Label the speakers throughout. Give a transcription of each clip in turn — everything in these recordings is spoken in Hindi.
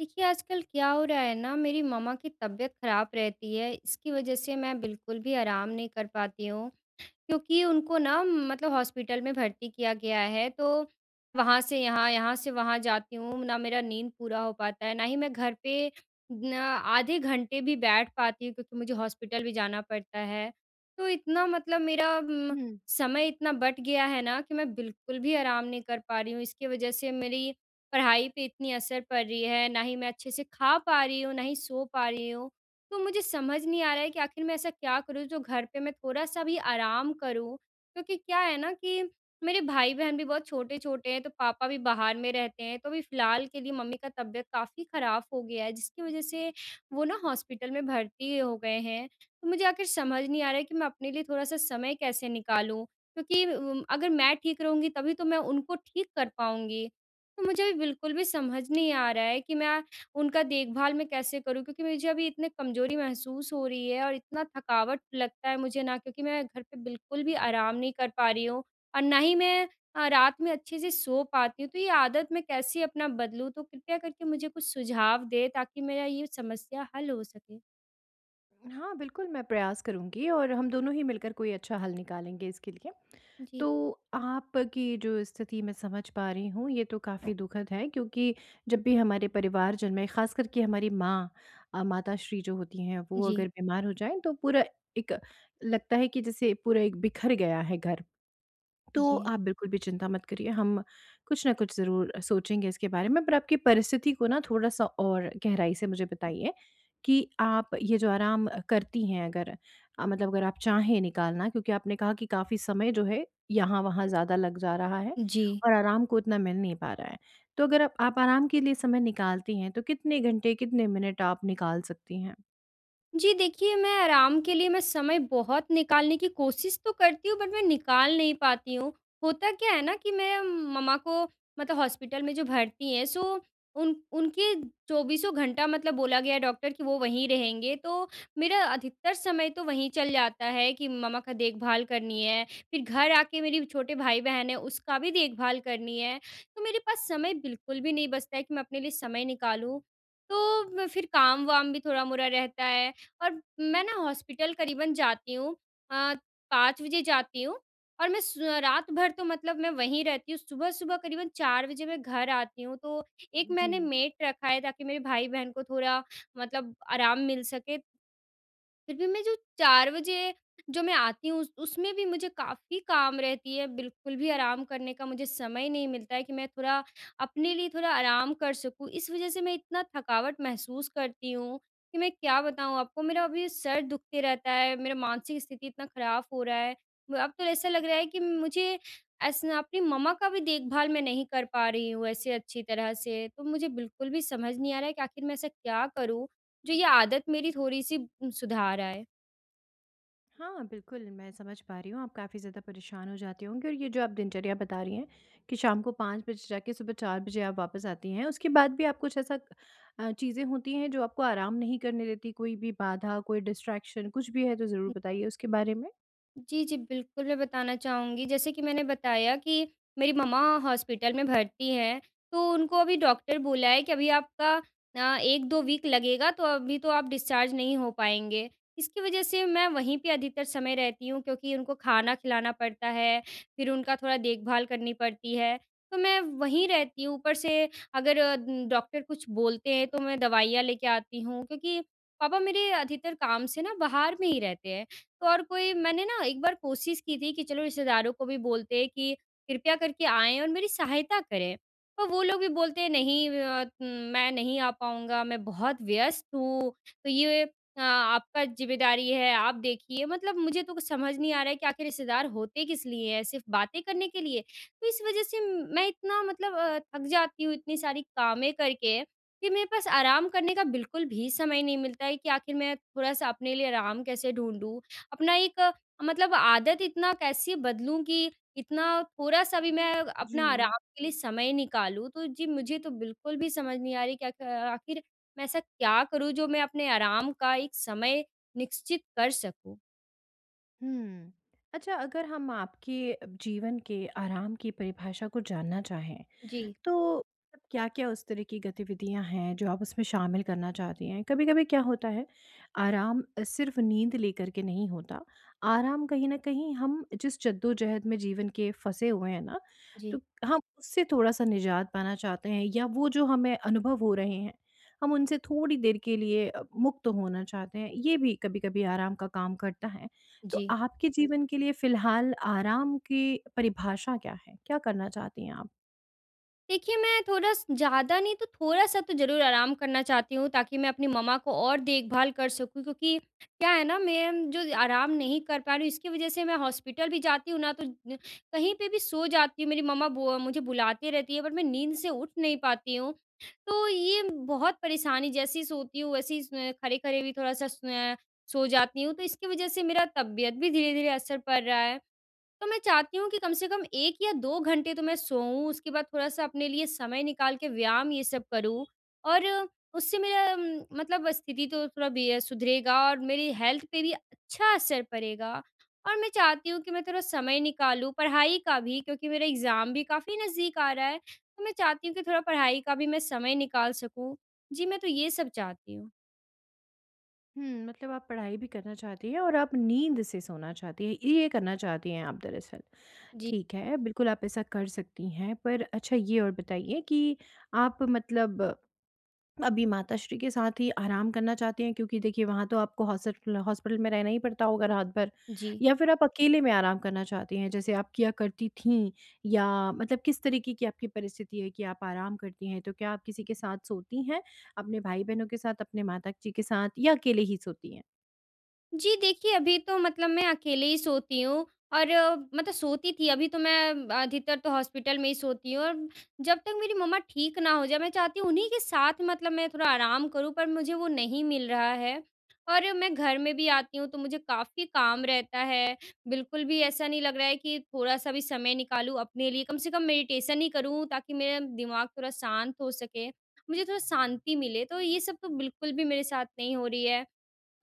Speaker 1: देखिए, आजकल क्या हो रहा है ना, मेरी मम्मा की तबीयत ख़राब रहती है, इसकी वज़ह से मैं बिल्कुल भी आराम नहीं कर पाती हूँ। क्योंकि उनको ना मतलब हॉस्पिटल में भर्ती किया गया है, तो वहाँ से यहाँ, यहाँ से वहाँ जाती हूँ, ना मेरा नींद पूरा हो पाता है, ना ही मैं घर पे न आधे घंटे भी बैठ पाती हूँ, क्योंकि मुझे हॉस्पिटल भी जाना पड़ता है। तो इतना मतलब मेरा
Speaker 2: हुँ।
Speaker 1: समय इतना बँट गया है ना, कि मैं बिल्कुल भी आराम नहीं कर पा रही हूँ। इसकी वजह से मेरी पढ़ाई पे इतनी असर पड़ रही है, ना ही मैं अच्छे से खा पा रही हूँ, ना ही सो पा रही हूँ। तो मुझे समझ नहीं आ रहा है कि आखिर मैं ऐसा क्या करूँ, जो घर पे मैं थोड़ा-सा भी आराम करूँ? क्योंकि क्या है ना, कि मेरे भाई-बहन भी बहुत छोटे-छोटे हैं, तो पापा भी बाहर में रहते हैं। तो अभी फ़िलहाल के लिए मम्मी का तबीयत काफ़ी ख़राब हो गया है, जिसकी वज़ह से वो ना हॉस्पिटल में भर्ती हो गए हैं। तो मुझे आखिर समझ नहीं आ रहा है कि मैं अपने लिए थोड़ा-सा समय कैसे निकालूँ? क्योंकि अगर मैं ठीक रहूँगी, तभी तो मैं उनको ठीक कर पाऊँगी। तो मुझे अभी बिल्कुल भी समझ नहीं आ रहा है कि मैं उनका देखभाल मैं कैसे करूँ? क्योंकि मुझे अभी इतने कमज़ोरी महसूस हो रही है, और इतना थकावट लगता है मुझे ना, क्योंकि मैं घर पे बिल्कुल भी आराम नहीं कर पा रही हूँ, और ना ही मैं रात में अच्छे से सो पाती हूँ। तो ये आदत मैं कैसे अपना बदलूँ? तो कृपया करके मुझे कुछ सुझाव दें, ताकि मेरा ये समस्या हल हो सके।
Speaker 2: हाँ, बिल्कुल मैं प्रयास करूँगी और हम दोनों ही मिलकर कोई अच्छा हल निकालेंगे इसके लिए। तो
Speaker 1: जी।
Speaker 2: आपकी जो स्थिति मैं समझ पा रही हूँ, ये तो काफ़ी दुखद है क्योंकि जब भी हमारे परिवारजन में ख़ास करके हमारी माँ माताश्री जो होती हैं, वो
Speaker 1: जी,
Speaker 2: अगर बीमार हो जाएँ तो पूरा एक लगता है कि जैसे पूरा एक बिखर गया है घर। तो
Speaker 1: जी,
Speaker 2: आप बिल्कुल भी चिंता मत करिए, हम कुछ ना कुछ ज़रूर सोचेंगे इसके बारे में। पर आपकी परिस्थिति को ना थोड़ा-सा और गहराई से मुझे बताइए कि आप ये जो आराम करती हैं अगर मतलब अगर आप चाहें निकालना क्योंकि आपने कहा कि काफ़ी समय जो है यहाँ-वहाँ ज़्यादा लग जा रहा है
Speaker 1: जी।
Speaker 2: और आराम को उतना मिल नहीं पा रहा है। तो अगर आप आराम के लिए समय निकालती हैं, तो कितने घंटे, कितने मिनट आप निकाल सकती हैं?
Speaker 1: जी, देखिए, मैं आराम के लिए मैं समय बहुत निकालने की कोशिश तो करती हूँ, बट मैं निकाल नहीं पाती हूँ। होता क्या है ना, कि मैं मम्मा को मतलब हॉस्पिटल में जो भर्ती हैं, सो उन उनके चौबीसों घंटा मतलब बोला गया है डॉक्टर, कि वो वहीं रहेंगे। तो मेरा अधिकतर समय तो वहीं चल जाता है कि मम्मा का देखभाल करनी है, फिर घर आके मेरी छोटे भाई-बहन हैं उसका भी देखभाल करनी है। तो मेरे पास समय बिल्कुल भी नहीं बचता है कि मैं अपने लिए समय निकालूँ। तो मैं फिर काम-वाम भी थोड़ा-मोड़ा रहता है। और मैं ना हॉस्पिटल करीबन जाती हूँ, अ, 5 बजे जाती हूँ, और मैं सु रात भर तो मतलब मैं वहीं रहती हूँ। सुबह-सुबह करीबन 4 बजे मैं घर आती हूँ, तो एक
Speaker 2: जी।
Speaker 1: मैंने मेड रखा है, ताकि मेरे भाई-बहन को थोड़ा मतलब आराम मिल सके। फिर भी मैं जो 4 बजे जो मैं आती हूँ, उस उसमें भी मुझे काफ़ी काम रहती है, बिल्कुल भी आराम करने का मुझे समय नहीं मिलता है कि मैं थोड़ा अपने लिए थोड़ा आराम कर सकूँ। इस वज़ह से मैं इतना थकावट महसूस करती हूँ कि मैं क्या बताऊँ आपको, मेरा अभी सर दुखते रहता है, मेरा मानसिक स्थिति इतना ख़राब हो रहा है। म अब तो ऐसा लग रहा है कि मुझे ऐसा ना, अपनी मम्मा का भी देखभाल मैं नहीं कर पा रही हूँ ऐसे अच्छी तरह से, तो मुझे बिल्कुल भी समझ नहीं आ रहा है कि आखिर मैं ऐसा क्या करूँ, जो ये आदत मेरी थोड़ी-सी सुधार आए।
Speaker 2: हाँ, बिल्कुल, मैं समझ पा रही हूँ, आप काफ़ी ज़्यादा परेशान हो जाती होंगी और ये जो आप दिनचर्या बता रही हैं कि शाम को 5 बजे जाके सुबह 4 बजे आप वापस आती हैं, उसके बाद भी आप कुछ ऐसा चीज़ें होती हैं जो आपको आराम नहीं करने देती, कोई भी बाधा, कोई डिस्ट्रैक्शन कुछ भी है तो ज़रूर बताइए उसके बारे में?
Speaker 1: जी, जी, बिल्कुल, मैं बताना चाहूँगी। जैसे कि मैंने बताया कि मेरी मम्मा हॉस्पिटल में भर्ती हैं, तो उनको अभी डॉक्टर बोला है कि अभी आपका 1-2 वीक लगेगा, तो अभी तो आप डिस्चार्ज नहीं हो पाएँगे। इसकी वजह से मैं वहीं पे अधिकतर समय रहती हूँ, क्योंकि उनको खाना खिलाना पड़ता है, फिर उनका थोड़ा देखभाल करनी पड़ती है, तो मैं वहीं रहती हूँ। ऊपर से अगर डॉक्टर कुछ बोलते हैं, तो मैं दवाइयाँ लेके आती हूँ, क्योंकि पापा मेरे अधिकतर काम से ना बाहर में ही रहते हैं। तो और कोई, मैंने ना एक बार कोशिश की थी कि चलो रिश्तेदारों को भी बोलते हैं कि कृपया करके आएँ और मेरी सहायता करें। पर वो लोग भी बोलते हैं, नहीं मैं नहीं आ पाऊँगा, मैं बहुत व्यस्त हूँ, तो ये आपका ज़िम्मेदारी है, आप देखिए। मतलब मुझे तो कुछ समझ नहीं आ रहा है कि आखिर रिश्तेदार होते किस लिए हैं, सिर्फ़ बातें करने के लिए? तो इस वज़ह से मैं इतना मतलब थक जाती हूँ इतनी सारी कामें करके, कि मेरे पास आराम करने का बिल्कुल भी समय नहीं मिलता है कि आखिर मैं थोड़ा-सा अपने लिए आराम कैसे ढूँढूँ? अपना एक मतलब आदत इतना कैसे बदलूँ कि इतना थोड़ा-सा भी मैं अपना
Speaker 2: जी।
Speaker 1: आराम के लिए समय निकालूँ। तो जी, मुझे तो बिल्कुल भी समझ नहीं आ रही कि आख आखिर मैं ऐसा क्या करूँ, जो मैं अपने आराम का एक समय निश्चित कर सकूँ?
Speaker 2: हुँ। अच्छा अगर हम आपके जीवन के आराम की परिभाषा को जानना चाहें,
Speaker 1: जी,
Speaker 2: तो क्या क्या उस तरह की गतिविधियां हैं जो आप उसमें शामिल करना चाहती हैं? कभी कभी क्या होता है, आराम सिर्फ नींद लेकर के नहीं होता। आराम कहीं ना कहीं हम जिस जद्दोजहद में जीवन के फंसे हुए हैं ना, तो
Speaker 1: जी,
Speaker 2: हम उससे थोड़ा सा निजात पाना चाहते हैं या वो जो हमें अनुभव हो रहे हैं, हम उनसे थोड़ी देर के लिए मुक्त होना चाहते हैं, ये भी कभी कभी आराम का काम करता है। तो
Speaker 1: जी।
Speaker 2: आपके जीवन के लिए फिलहाल आराम की परिभाषा क्या है? क्या करना चाहती हैं आप?
Speaker 1: देखिए, मैं थोड़ा स ज़्यादा नहीं तो थोड़ा-सा तो ज़रूर आराम करना चाहती हूँ, ताकि मैं अपनी मम्मा को और देखभाल कर सकूँ, क्योंकि क्या है ना, मैं जो आराम नहीं कर पा रही हूँ इसकी वज़ह से मैं हॉस्पिटल भी जाती हूँ ना, तो न कहीं पे भी सो जाती हूँ। मेरी मम्मा बो मुझे बुलाती रहती है, बट मैं नींद से उठ नहीं पाती हूँ। तो ये बहुत परेशानी, जैसी सोती हूँ वैसे ही स खड़े-खड़े भी थोड़ा-सा सो जाती हूँ, तो इसकी वज़ह से मेरा तबीयत भी धीरे-धीरे असर पड़ रहा है। तो मैं चाहती हूँ कि कम से कम 1 या 2 घंटे तो मैं सोऊँ, उसके बाद थोड़ा-सा अपने लिए समय निकाल के व्यायाम ये सब करूँ, और उससे मेरा मतलब स्थिति तो थोड़ा बे सुधरेगा, और मेरी हेल्थ पे भी अच्छा असर पड़ेगा। और मैं चाहती हूँ कि मैं थोड़ा समय निकालूँ पढ़ाई का भी, क्योंकि मेरा एग्ज़ाम भी काफ़ी नज़दीक आ रहा है, तो मैं चाहती हूँ कि थोड़ा पढ़ाई का भी मैं समय निकाल सकूँ। जी, मैं तो ये सब चाहती हूँ।
Speaker 2: हुँ, मतलब आप पढ़ाई भी करना चाहती हैं और आप नींद से सोना चाहती हैं, ये करना चाहती हैं आप दरअसल।
Speaker 1: जी,
Speaker 2: ठीक है, बिल्कुल आप ऐसा कर सकती हैं। पर अच्छा ये और बताइए कि आप मतलब अभी माताश्री के साथ ही आराम करना चाहती हैं क्योंकि देखिए वहाँ तो आपको हॉस्टल हॉस्पिटल में रहना ही पड़ता होगा रात भर।
Speaker 1: जी।
Speaker 2: या फिर आप अकेले में आराम करना चाहती हैं जैसे आप किया करती थीं या मतलब किस तरीके की आपकी परिस्थिति है कि आप आराम करती हैं? तो क्या आप किसी के साथ सोती हैं? अपने भाई-बहनों के साथ, अपने माता जी के साथ या अकेले ही सोती हैं?
Speaker 1: जी, देखिए, अभी तो मतलब मैं अकेले ही सोती हूँ, और मतलब सोती थी, अभी तो मैं अधिकतर तो हॉस्पिटल में ही सोती हूँ, और जब तक मेरी मम्मा ठीक ना हो जाए, मैं चाहती हूँ उन्हीं के साथ मतलब मैं थोड़ा आराम करूँ, पर मुझे वो नहीं मिल रहा है। और मैं घर में भी आती हूँ तो मुझे काफ़ी काम रहता है, बिल्कुल भी ऐसा नहीं लग रहा है कि थोड़ा-सा भी समय निकालूँ अपने लिए, कम से कम मेडिटेशन ही करूँ, ताकि मेरा दिमाग थोड़ा शांत हो सके, मुझे थोड़ा शांति मिले, तो ये सब तो बिल्कुल भी मेरे साथ नहीं हो रही है।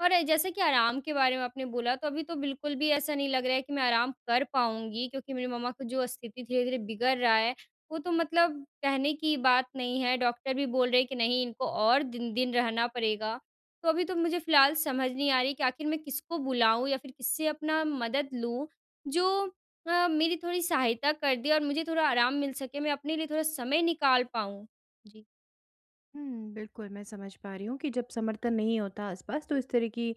Speaker 1: और जैसे कि आराम के बारे में आपने बोला, तो अभी तो बिल्कुल भी ऐसा नहीं लग रहा है कि मैं आराम कर पाऊँगी, क्योंकि मेरी मम्मा का जो स्थिति धीरे-धीरे बिगड़ रहा है, वो तो मतलब कहने की बात नहीं है। डॉक्टर भी बोल रहे हैं कि नहीं, इनको और दिन-दिन रहना पड़ेगा। तो अभी तो मुझे फ़िलहाल समझ नहीं आ रही कि आखिर मैं किसको बुलाऊँ या फिर किससे अपना मदद लूँ, जो मेरी थोड़ी सहायता कर दे, और मुझे थोड़ा आराम मिल सके, मैं अपने लिए थोड़ा समय निकाल पाऊँ। जी,
Speaker 2: हुँ, बिल्कुल, मैं समझ पा रही हूँ कि जब समर्थन नहीं होता आस-पास तो इस तरह की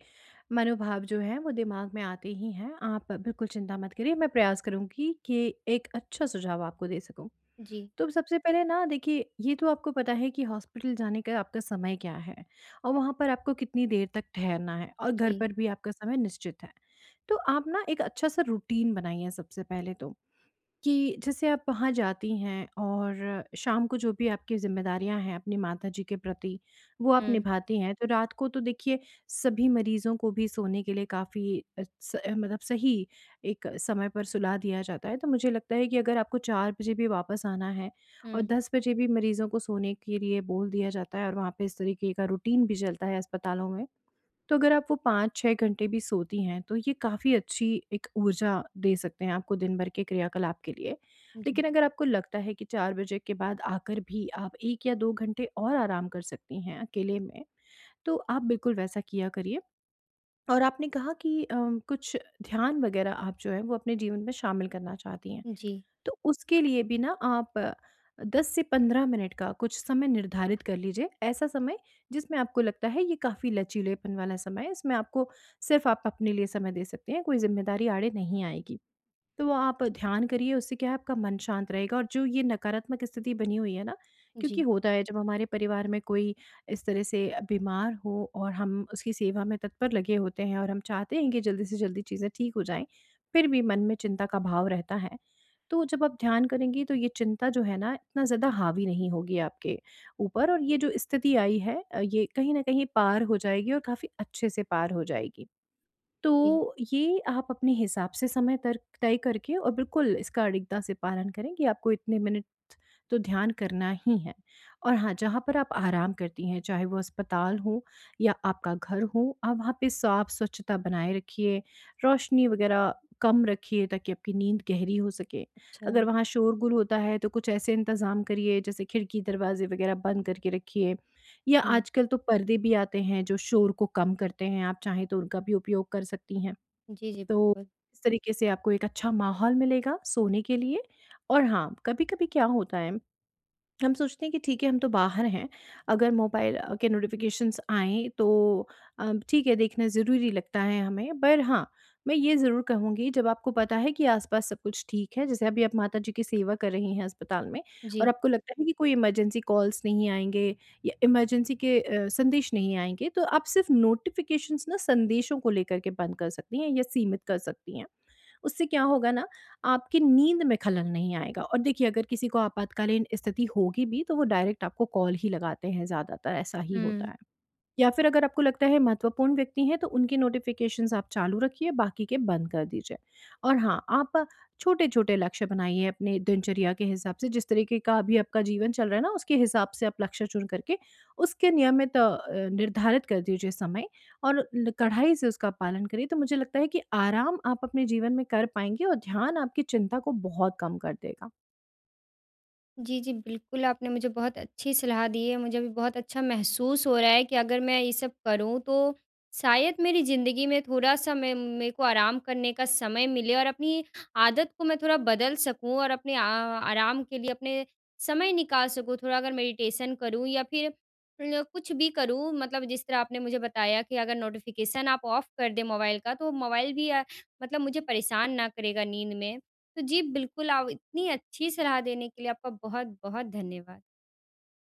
Speaker 2: मनोभाव जो हैं वो दिमाग में आते ही हैं। आप बिल्कुल चिंता मत करिए, मैं प्रयास करूँगी कि एक अच्छा सुझाव आपको दे सकूँ।
Speaker 1: जी,
Speaker 2: तो सबसे पहले ना देखिए ये तो आपको पता है कि हॉस्पिटल जाने का आपका समय क्या है और वहाँ पर आपको कितनी देर तक ठहरना है और घर
Speaker 1: जी।
Speaker 2: पर भी आपका समय निश्चित है। तो आप ना एक अच्छा-सा रूटीन बनाइए सबसे पहले तो। कि जैसे आप वहाँ जाती हैं और शाम को जो भी आपकी ज़िम्मेदारियाँ हैं अपनी माताजी के प्रति, वो आप
Speaker 1: हुँ,
Speaker 2: निभाती हैं। तो रात को तो देखिए सभी मरीज़ों को भी सोने के लिए काफ़ी अ, स मतलब सही एक समय पर सुला दिया जाता है। तो मुझे लगता है कि अगर आपको 4 बजे भी वापस आना है और
Speaker 1: हुँ।
Speaker 2: 10 बजे भी मरीज़ों को सोने के लिए बोल दिया जाता है और वहाँ पे इस तरीके का रूटीन भी चलता है अस्पतालों में, तो अगर आप वो 5-6 घंटे भी सोती हैं, तो ये काफ़ी अच्छी एक ऊर्जा दे सकते हैं आपको दिन भर के क्रियाकलाप के लिए। लेकिन
Speaker 1: जी,
Speaker 2: अगर आपको लगता है कि 4 बजे के बाद आकर भी आप 1 या 2 घंटे और आराम कर सकती हैं अकेले में, तो आप बिल्कुल वैसा किया करिए। और आपने कहा कि कुछ ध्यान वगैरह आप जो है वो अपने जीवन में शामिल करना चाहती हैं।
Speaker 1: जी,
Speaker 2: तो उसके लिए भी ना आप 10 से 15 मिनट का कुछ समय निर्धारित कर लीजिए। ऐसा समय जिसमें आपको लगता है ये काफ़ी लचीलेपन वाला समय है, इसमें आपको सिर्फ़ आप अपने लिए समय दे सकते हैं, कोई ज़िम्मेदारी आड़े नहीं आएगी। तो वो आप ध्यान करिए, उससे क्या है आपका मन शांत रहेगा। और जो ये नकारात्मक स्थिति बनी हुई है ना, क्योंकि
Speaker 1: जी,
Speaker 2: होता है जब हमारे परिवार में कोई इस तरह से बीमार हो और हम उसकी सेवा में तत्पर लगे होते हैं और हम चाहते हैं कि जल्दी से जल्दी चीज़ें ठीक हो जाएँ, फिर भी मन में चिंता का भाव रहता है। तो जब आप ध्यान करेंगी तो ये चिंता जो है ना, इतना ज़्यादा हावी नहीं होगी आपके ऊपर और ये जो स्थिति आई है ये कहीं न कहीं पार हो जाएगी और काफ़ी अच्छे से पार हो जाएगी।
Speaker 1: जी।
Speaker 2: तो ये आप अपने हिसाब से समय तर तय करके और बिल्कुल इसका अडिगता से पालन करें कि आपको इतने मिनट तो ध्यान करना ही है। और हाँ, जहाँ पर आप आराम करती हैं, चाहे वो अस्पताल हो या आपका घर हो, आप वहाँ पे साफ स्वच्छता बनाए रखिए, रोशनी वग़ैरह कम रखिए ताकि आपकी नींद गहरी हो सके।
Speaker 1: अच्छा,
Speaker 2: अगर वहाँ शोरगुल होता है तो कुछ ऐसे इंतज़ाम करिए जैसे खिड़की, दरवाज़े वग़ैरह बंद करके रखिए या
Speaker 1: हुँ।
Speaker 2: आजकल तो पर्दे भी आते हैं जो शोर को कम करते हैं, आप चाहें तो उनका भी उपयोग कर सकती हैं।
Speaker 1: जी, जी,
Speaker 2: तो
Speaker 1: बिल्कुल।
Speaker 2: इस तरीके से आपको एक अच्छा माहौल मिलेगा सोने के लिए। और हाँ, कभी-कभी क्या होता है हम सोचते हैं कि ठीक है हम तो बाहर हैं, अगर मोबाइल के नोटिफ़िकेशंस आएँ तो ठीक है देखना ज़रूरी लगता है हमें। पर हाँ, मैं ये ज़रूर कहूँगी जब आपको पता है कि आस-पास सब कुछ ठीक है, जैसे अभी आप माता जी की सेवा कर रही हैं अस्पताल में और
Speaker 1: जी,
Speaker 2: आपको लगता है कि कोई इमरजेंसी कॉल्स नहीं आएँगे या इमरजेंसी के संदेश नहीं आएँगे, तो आप सिर्फ़ नोटिफ़िकेशंस ना संदेशों को लेकर के बंद कर सकती हैं या सीमित कर सकती हैं। उससे क्या होगा ना, आपकी नींद में खलल नहीं आएगा। और देखिए अगर किसी को आपातकालीन स्थिति होगी भी तो वो डायरेक्ट आपको कॉल ही लगाते हैं, ज़्यादातर ऐसा ही होता
Speaker 1: हुँ।
Speaker 2: है। या फिर अगर आपको लगता है महत्वपूर्ण व्यक्ति हैं तो उनकी नोटिफिकेशंस आप चालू रखिए, बाकी के बंद कर दीजिए। और हाँ, आप छोटे-छोटे लक्ष्य बनाइए अपने दिनचर्या के हिसाब से। जिस तरीके का अभी आपका जीवन चल रहा है ना, उसके हिसाब से आप लक्ष्य चुन करके उसके नियमित निर्धारित कर दीजिए समय और ल कड़ाई से उसका पालन करिए, तो मुझे लगता है कि आराम आप अपने जीवन में कर पाएँगे और ध्यान आपकी चिंता को बहुत कम कर देगा।
Speaker 1: जी, जी, बिल्कुल, आपने मुझे बहुत अच्छी सलाह दी है। मुझे अभी बहुत अच्छा महसूस हो रहा है कि अगर मैं ये सब करूँ, तो शायद मेरी ज़िंदगी में थोड़ा-सा मैं मेरे को आराम करने का समय मिले, और अपनी आदत को मैं थोड़ा बदल सकूँ, और अपने आ आराम के लिए अपने समय निकाल सकूँ। थोड़ा अगर मेडिटेशन करूँ, या फिर ल कुछ भी करूँ, मतलब जिस तरह आपने मुझे बताया कि अगर नोटिफ़िकेशन आप ऑफ कर दें मोबाइल का, तो मोबाइल भी मतलब मुझे परेशान ना करेगा नींद में। तो जी, बिल्कुल, आप इतनी अच्छी सलाह देने के लिए आपका बहुत-बहुत धन्यवाद।